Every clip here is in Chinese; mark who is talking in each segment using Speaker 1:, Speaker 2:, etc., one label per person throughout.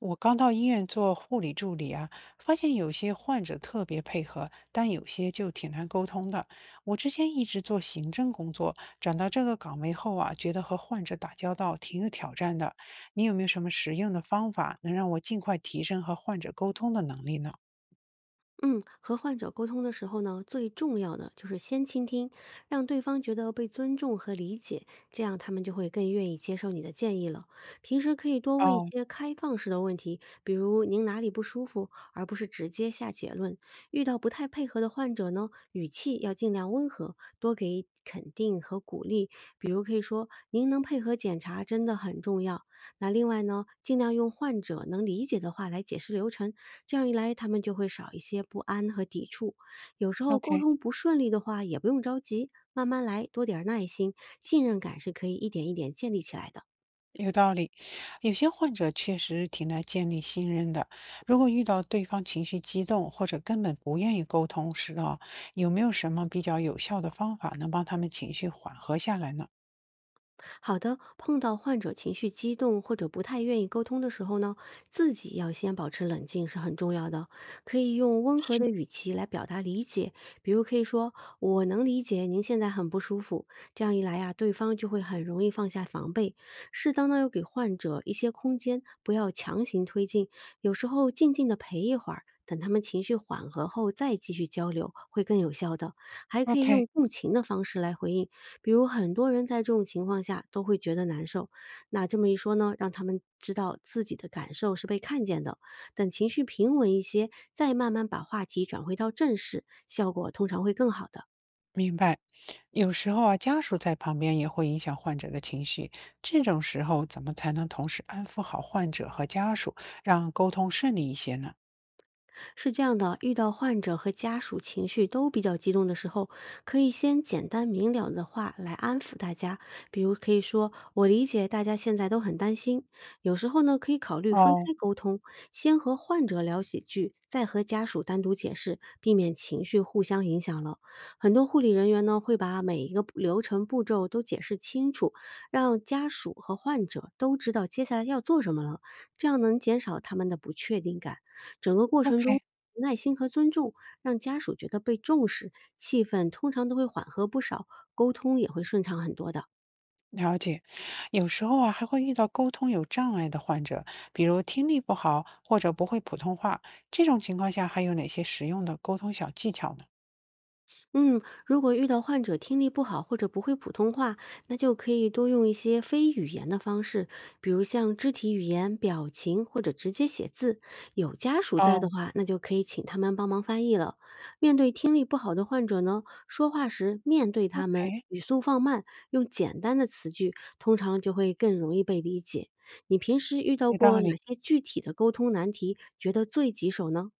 Speaker 1: 我刚到医院做护理助理啊，发现有些患者特别配合，但有些就挺难沟通的。我之前一直做行政工作，转到这个岗位后啊，觉得和患者打交道挺有挑战的。你有没有什么实用的方法，能让我尽快提升和患者沟通的能力呢？
Speaker 2: 嗯，和患者沟通的时候呢，最重要的就是先倾听，让对方觉得被尊重和理解，这样他们就会更愿意接受你的建议了。平时可以多问一
Speaker 1: 哦
Speaker 2: 些开放式的问题，比如您哪里不舒服，而不是直接下结论。遇到不太配合的患者呢，语气要尽量温和，多给肯定和鼓励，比如可以说您能配合检查真的很重要。那另外呢，尽量用患者能理解的话来解释流程，这样一来他们就会少一些不安和抵触。有时候沟
Speaker 1: ，OK。
Speaker 2: 通不顺利的话，也不用着急，慢慢来，多点儿耐心，信任感是可以一点一点建立起来的。
Speaker 1: 有道理，有些患者确实挺难建立信任的。如果遇到对方情绪激动或者根本不愿意沟通时啊，有没有什么比较有效的方法能帮他们情绪缓和下来呢？
Speaker 2: 好的，碰到患者情绪激动或者不太愿意沟通的时候呢，自己要先保持冷静是很重要的。可以用温和
Speaker 1: 是
Speaker 2: 的语气来表达理解，比如可以说：“我能理解您现在很不舒服。”这样一来呀、对方就会很容易放下防备。适当的要给患者一些空间，不要强行推进，有时候静静的陪一会儿，等他们情绪缓和后再继续交流，会更有效的。还可以用
Speaker 1: ？OK，
Speaker 2: 共情的方式来回应。比如很多人在这种情况下都会觉得难受，那这么一说呢，让他们知道自己的感受是被看见的。等情绪平稳一些，再慢慢把话题转回到正事，效果通常会更好的。
Speaker 1: 明白。有时候啊，家属在旁边也会影响患者的情绪，这种时候怎么才能同时安抚好患者和家属，让沟通顺利一些呢？
Speaker 2: 是这样的，遇到患者和家属情绪都比较激动的时候，可以先简单明了的话来安抚大家，比如可以说：“我理解大家现在都很担心。”有时候呢，可以考虑分
Speaker 1: 哦
Speaker 2: 开沟通，先和患者聊几句，再和家属单独解释，避免情绪互相影响了。很多护理人员呢，会把每一个步流程步骤都解释清楚，让家属和患者都知道接下来要做什么了，这样能减少他们的不确定感。整个过程中，
Speaker 1: ，OK。
Speaker 2: 耐心和尊重让家属觉得被重视，气氛通常都会缓和不少，沟通也会顺畅很多的。
Speaker 1: 了解，有时候啊还会遇到沟通有障碍的患者，比如听力不好或者不会普通话。这种情况下，还有哪些实用的沟通小技巧呢？
Speaker 2: 嗯，如果遇到患者听力不好或者不会普通话，那就可以多用一些非语言的方式，比如像肢体语言、表情或者直接写字。有家属在的
Speaker 1: 哦，
Speaker 2: 话，那就可以请他们帮忙翻译了。面对听力不好的患者呢，说话时面对他们，
Speaker 1: 哎，
Speaker 2: 语速放慢，用简单的词句，通常就会更容易被理解。你平时遇到
Speaker 1: 有道
Speaker 2: 过哪
Speaker 1: 理。
Speaker 2: 些具体的沟通难题，觉得最棘手呢？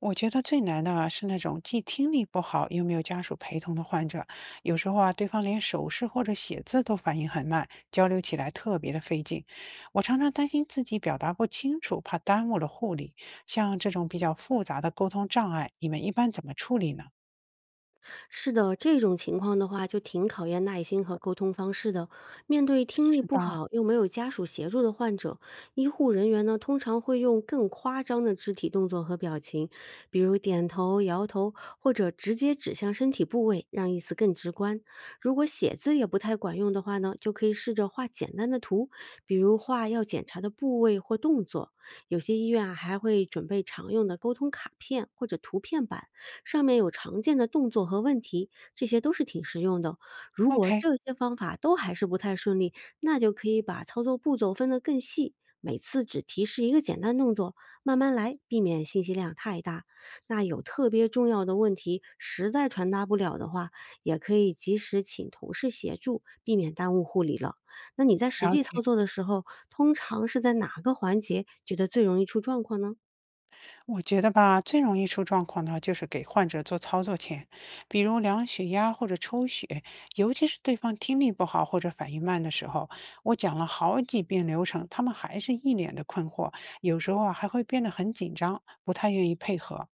Speaker 1: 我觉得最难的啊是那种既听力不好又没有家属陪同的患者，有时候啊对方连手势或者写字都反应很慢，交流起来特别的费劲。我常常担心自己表达不清楚，怕耽误了护理。像这种比较复杂的沟通障碍，你们一般怎么处理呢？
Speaker 2: 是的，这种情况的话，就挺考验耐心和沟通方式的。面对听力
Speaker 1: 是
Speaker 2: 不
Speaker 1: 吧？
Speaker 2: 好又没有家属协助的患者，医护人员呢通常会用更夸张的肢体动作和表情，比如点头、摇头，或者直接指向身体部位，让意思更直观。如果写字也不太管用的话呢，就可以试着画简单的图，比如画要检查的部位或动作。有些医院啊还会准备常用的沟通卡片或者图片板。上面有常见的动作和问题，这些都是挺实用的。如果
Speaker 1: OK，
Speaker 2: 这些方法都还是不太顺利，那就可以把操作步骤分得更细，每次只提示一个简单动作，慢慢来，避免信息量太大。那有特别重要的问题实在传达不了的话，也可以及时请同事协助，避免耽误护理了。那你在实
Speaker 1: 了
Speaker 2: 际
Speaker 1: 解。
Speaker 2: 操作的时候，通常是在哪个环节觉得最容易出状况呢？
Speaker 1: 我觉得吧，最容易出状况的就是给患者做操作前，比如量血压或者抽血，尤其是对方听力不好或者反应慢的时候，我讲了好几遍流程，他们还是一脸的困惑，有时候啊还会变得很紧张，不太愿意配合。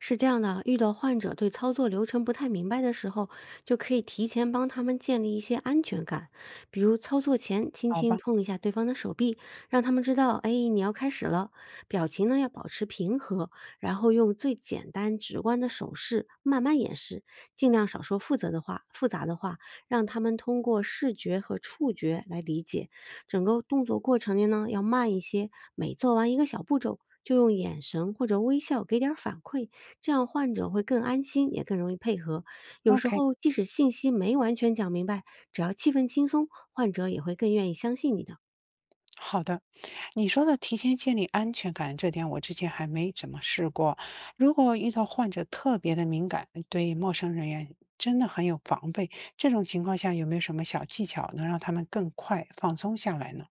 Speaker 2: 是这样的，遇到患者对操作流程不太明白的时候，就可以提前帮他们建立一些安全感，比如操作前轻
Speaker 1: 好
Speaker 2: 轻
Speaker 1: 吧
Speaker 2: 碰一下对方的手臂，让他们知道，哎，你要开始了。表情呢要保持平和，然后用最简单直观的手势慢慢演示，尽量少说复杂的话，复杂的话，让他们通过视觉和触觉来理解。整个动作过程呢要慢一些，每做完一个小步骤。就用眼神或者微笑给点儿反馈，这样患者会更安心，也更容易配合。有时
Speaker 1: ，OK。
Speaker 2: 候即使信息没完全讲明白，只要气氛轻松，患者也会更愿意相信你的。
Speaker 1: 好的，你说的提前建立安全感，这点我之前还没怎么试过。如果遇到患者特别的敏感，对陌生人员真的很有防备，这种情况下有没有什么小技巧能让他们更快放松下来呢？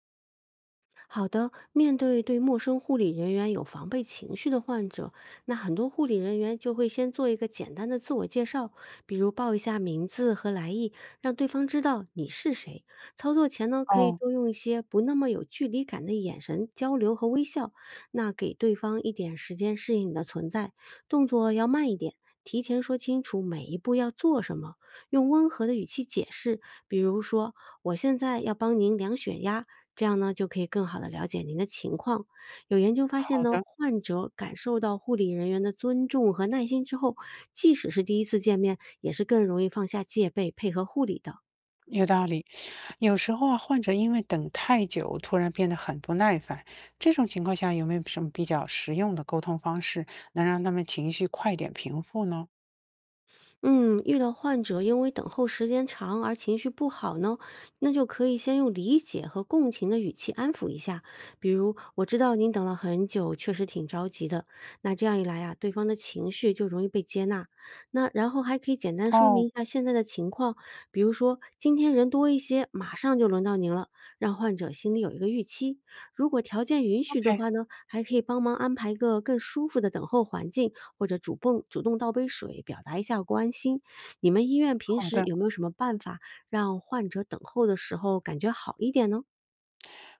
Speaker 2: 好的，面对对陌生护理人员有防备情绪的患者，那很多护理人员就会先做一个简单的自我介绍，比如报一下名字和来意，让对方知道你是谁。操作前呢，可以
Speaker 1: 哦，
Speaker 2: 多用一些不那么有距离感的眼神交流和微笑，那给对方一点时间适应你的存在，动作要慢一点。提前说清楚每一步要做什么，用温和的语气解释，比如说我现在要帮您量血压，这样呢，就可以更好的了解您的情况。有研究发现
Speaker 1: 好
Speaker 2: 呢，
Speaker 1: 的，
Speaker 2: 患者感受到护理人员的尊重和耐心之后，即使是第一次见面，也是更容易放下戒备，配合护理的。
Speaker 1: 有道理。有时候啊，患者因为等太久，突然变得很不耐烦，这种情况下有没有什么比较实用的沟通方式，能让他们情绪快点平复呢？
Speaker 2: 嗯，遇到患者因为等候时间长而情绪不好呢，那就可以先用理解和共情的语气安抚一下，比如我知道您等了很久，确实挺着急的。那这样一来呀、对方的情绪就容易被接纳。那然后还可以简单说明一
Speaker 1: 哦
Speaker 2: 下现在的情况，比如说今天人多一些，马上就轮到您了，让患者心里有一个预期。如果条件允许的
Speaker 1: ，OK，
Speaker 2: 话呢，还可以帮忙安排一个更舒服的等候环境。或者主动倒杯水，表达一下关心。你们医院平
Speaker 1: 好
Speaker 2: 时
Speaker 1: 的。
Speaker 2: 有没有什么办法让患者等候的时候感觉好一点呢？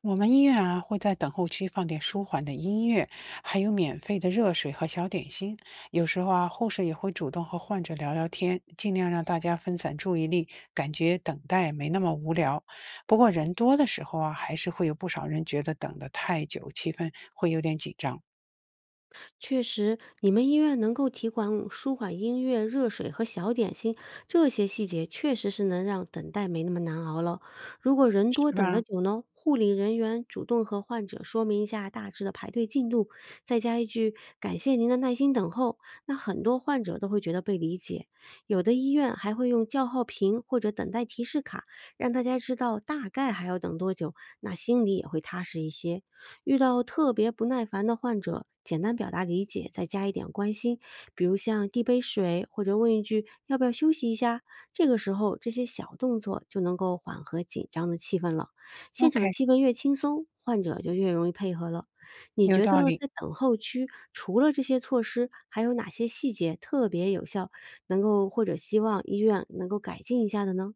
Speaker 1: 我们医院啊会在等候区放点舒缓的音乐，还有免费的热水和小点心。有时候啊，护士也会主动和患者聊聊天，尽量让大家分散注意力，感觉等待没那么无聊。不过人多的时候啊，还是会有不少人觉得等得太久，气氛会有点紧张，
Speaker 2: 确实，你们医院能够提供舒缓音乐、热水和小点心，这些细节确实是能让等待没那么难熬了。如果人多
Speaker 1: 是
Speaker 2: 等得
Speaker 1: 吧
Speaker 2: 久呢，护理人员主动和患者说明一下大致的排队进度，再加一句“感谢您的耐心等候”，那很多患者都会觉得被理解。有的医院还会用叫号屏或者等待提示卡，让大家知道大概还要等多久，那心里也会踏实一些。遇到特别不耐烦的患者，简单表达理解，再加一点关心，比如像递杯水，或者问一句“要不要休息一下”。这个时候，这些小动作就能够缓和紧张的气氛了。现场
Speaker 1: ？OK，
Speaker 2: 气氛越轻松，患者就越容易配合了。你
Speaker 1: 有
Speaker 2: 觉
Speaker 1: 道
Speaker 2: 得
Speaker 1: 理。
Speaker 2: 在等候区，除了这些措施，还有哪些细节特别有效，能够或者希望医院能够改进一下的呢？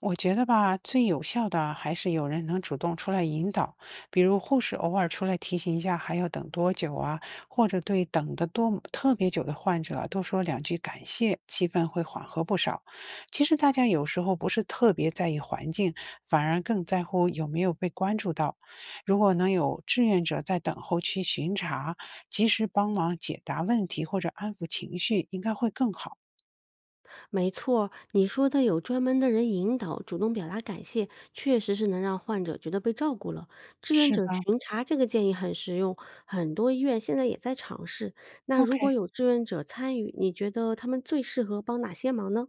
Speaker 1: 我觉得吧，最有效的还是有人能主动出来引导，比如护士偶尔出来提醒一下还要等多久啊，或者对等得多特别久的患者多说两句感谢，气氛会缓和不少。其实大家有时候不是特别在意环境，反而更在乎有没有被关注到。如果能有志愿者在等候区巡查，及时帮忙解答问题或者安抚情绪，应该会更好，
Speaker 2: 没错，你说的有专门的人引导，主动表达感谢，确实是能让患者觉得被照顾了。志愿
Speaker 1: 是
Speaker 2: 者
Speaker 1: 吧
Speaker 2: 巡查这个建议很实用，很多医院现在也在尝试。那如
Speaker 1: ？OK。
Speaker 2: 果有志愿者参与，你觉得他们最适合帮哪些忙呢？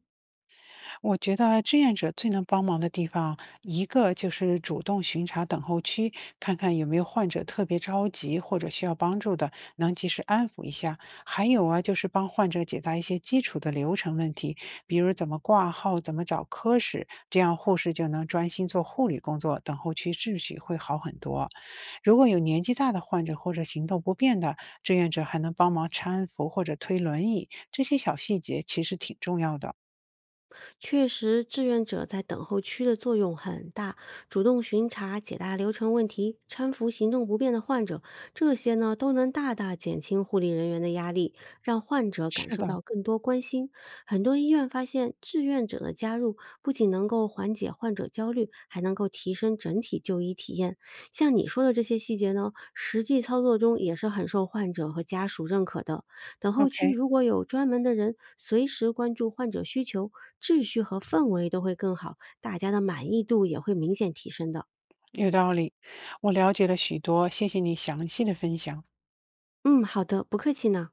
Speaker 1: 我觉得志愿者最能帮忙的地方，一个就是主动巡查等候区，看看有没有患者特别着急或者需要帮助的，能及时安抚一下。还有啊，就是帮患者解答一些基础的流程问题，比如怎么挂号、怎么找科室，这样护士就能专心做护理工作，等候区秩序会好很多。如果有年纪大的患者或者行动不便的，志愿者还能帮忙搀扶或者推轮椅，这些小细节其实挺重要的。
Speaker 2: 确实，志愿者在等候区的作用很大，主动巡查、解答流程问题、搀扶行动不便的患者，这些呢都能大大减轻护理人员的压力，让患者感
Speaker 1: 是
Speaker 2: 受
Speaker 1: 的，
Speaker 2: 到更多关心。很多医院发现，志愿者的加入不仅能够缓解患者焦虑，还能够提升整体就医体验。像你说的这些细节呢，实际操作中也是很受患者和家属认可的。等候区
Speaker 1: OK，
Speaker 2: 如果有专门的人随时关注患者需求，秩序和氛围都会更好，大家的满意度也会明显提升的。
Speaker 1: 有道理，我了解了许多，谢谢你详细的分享。
Speaker 2: 嗯，好的，不客气呢。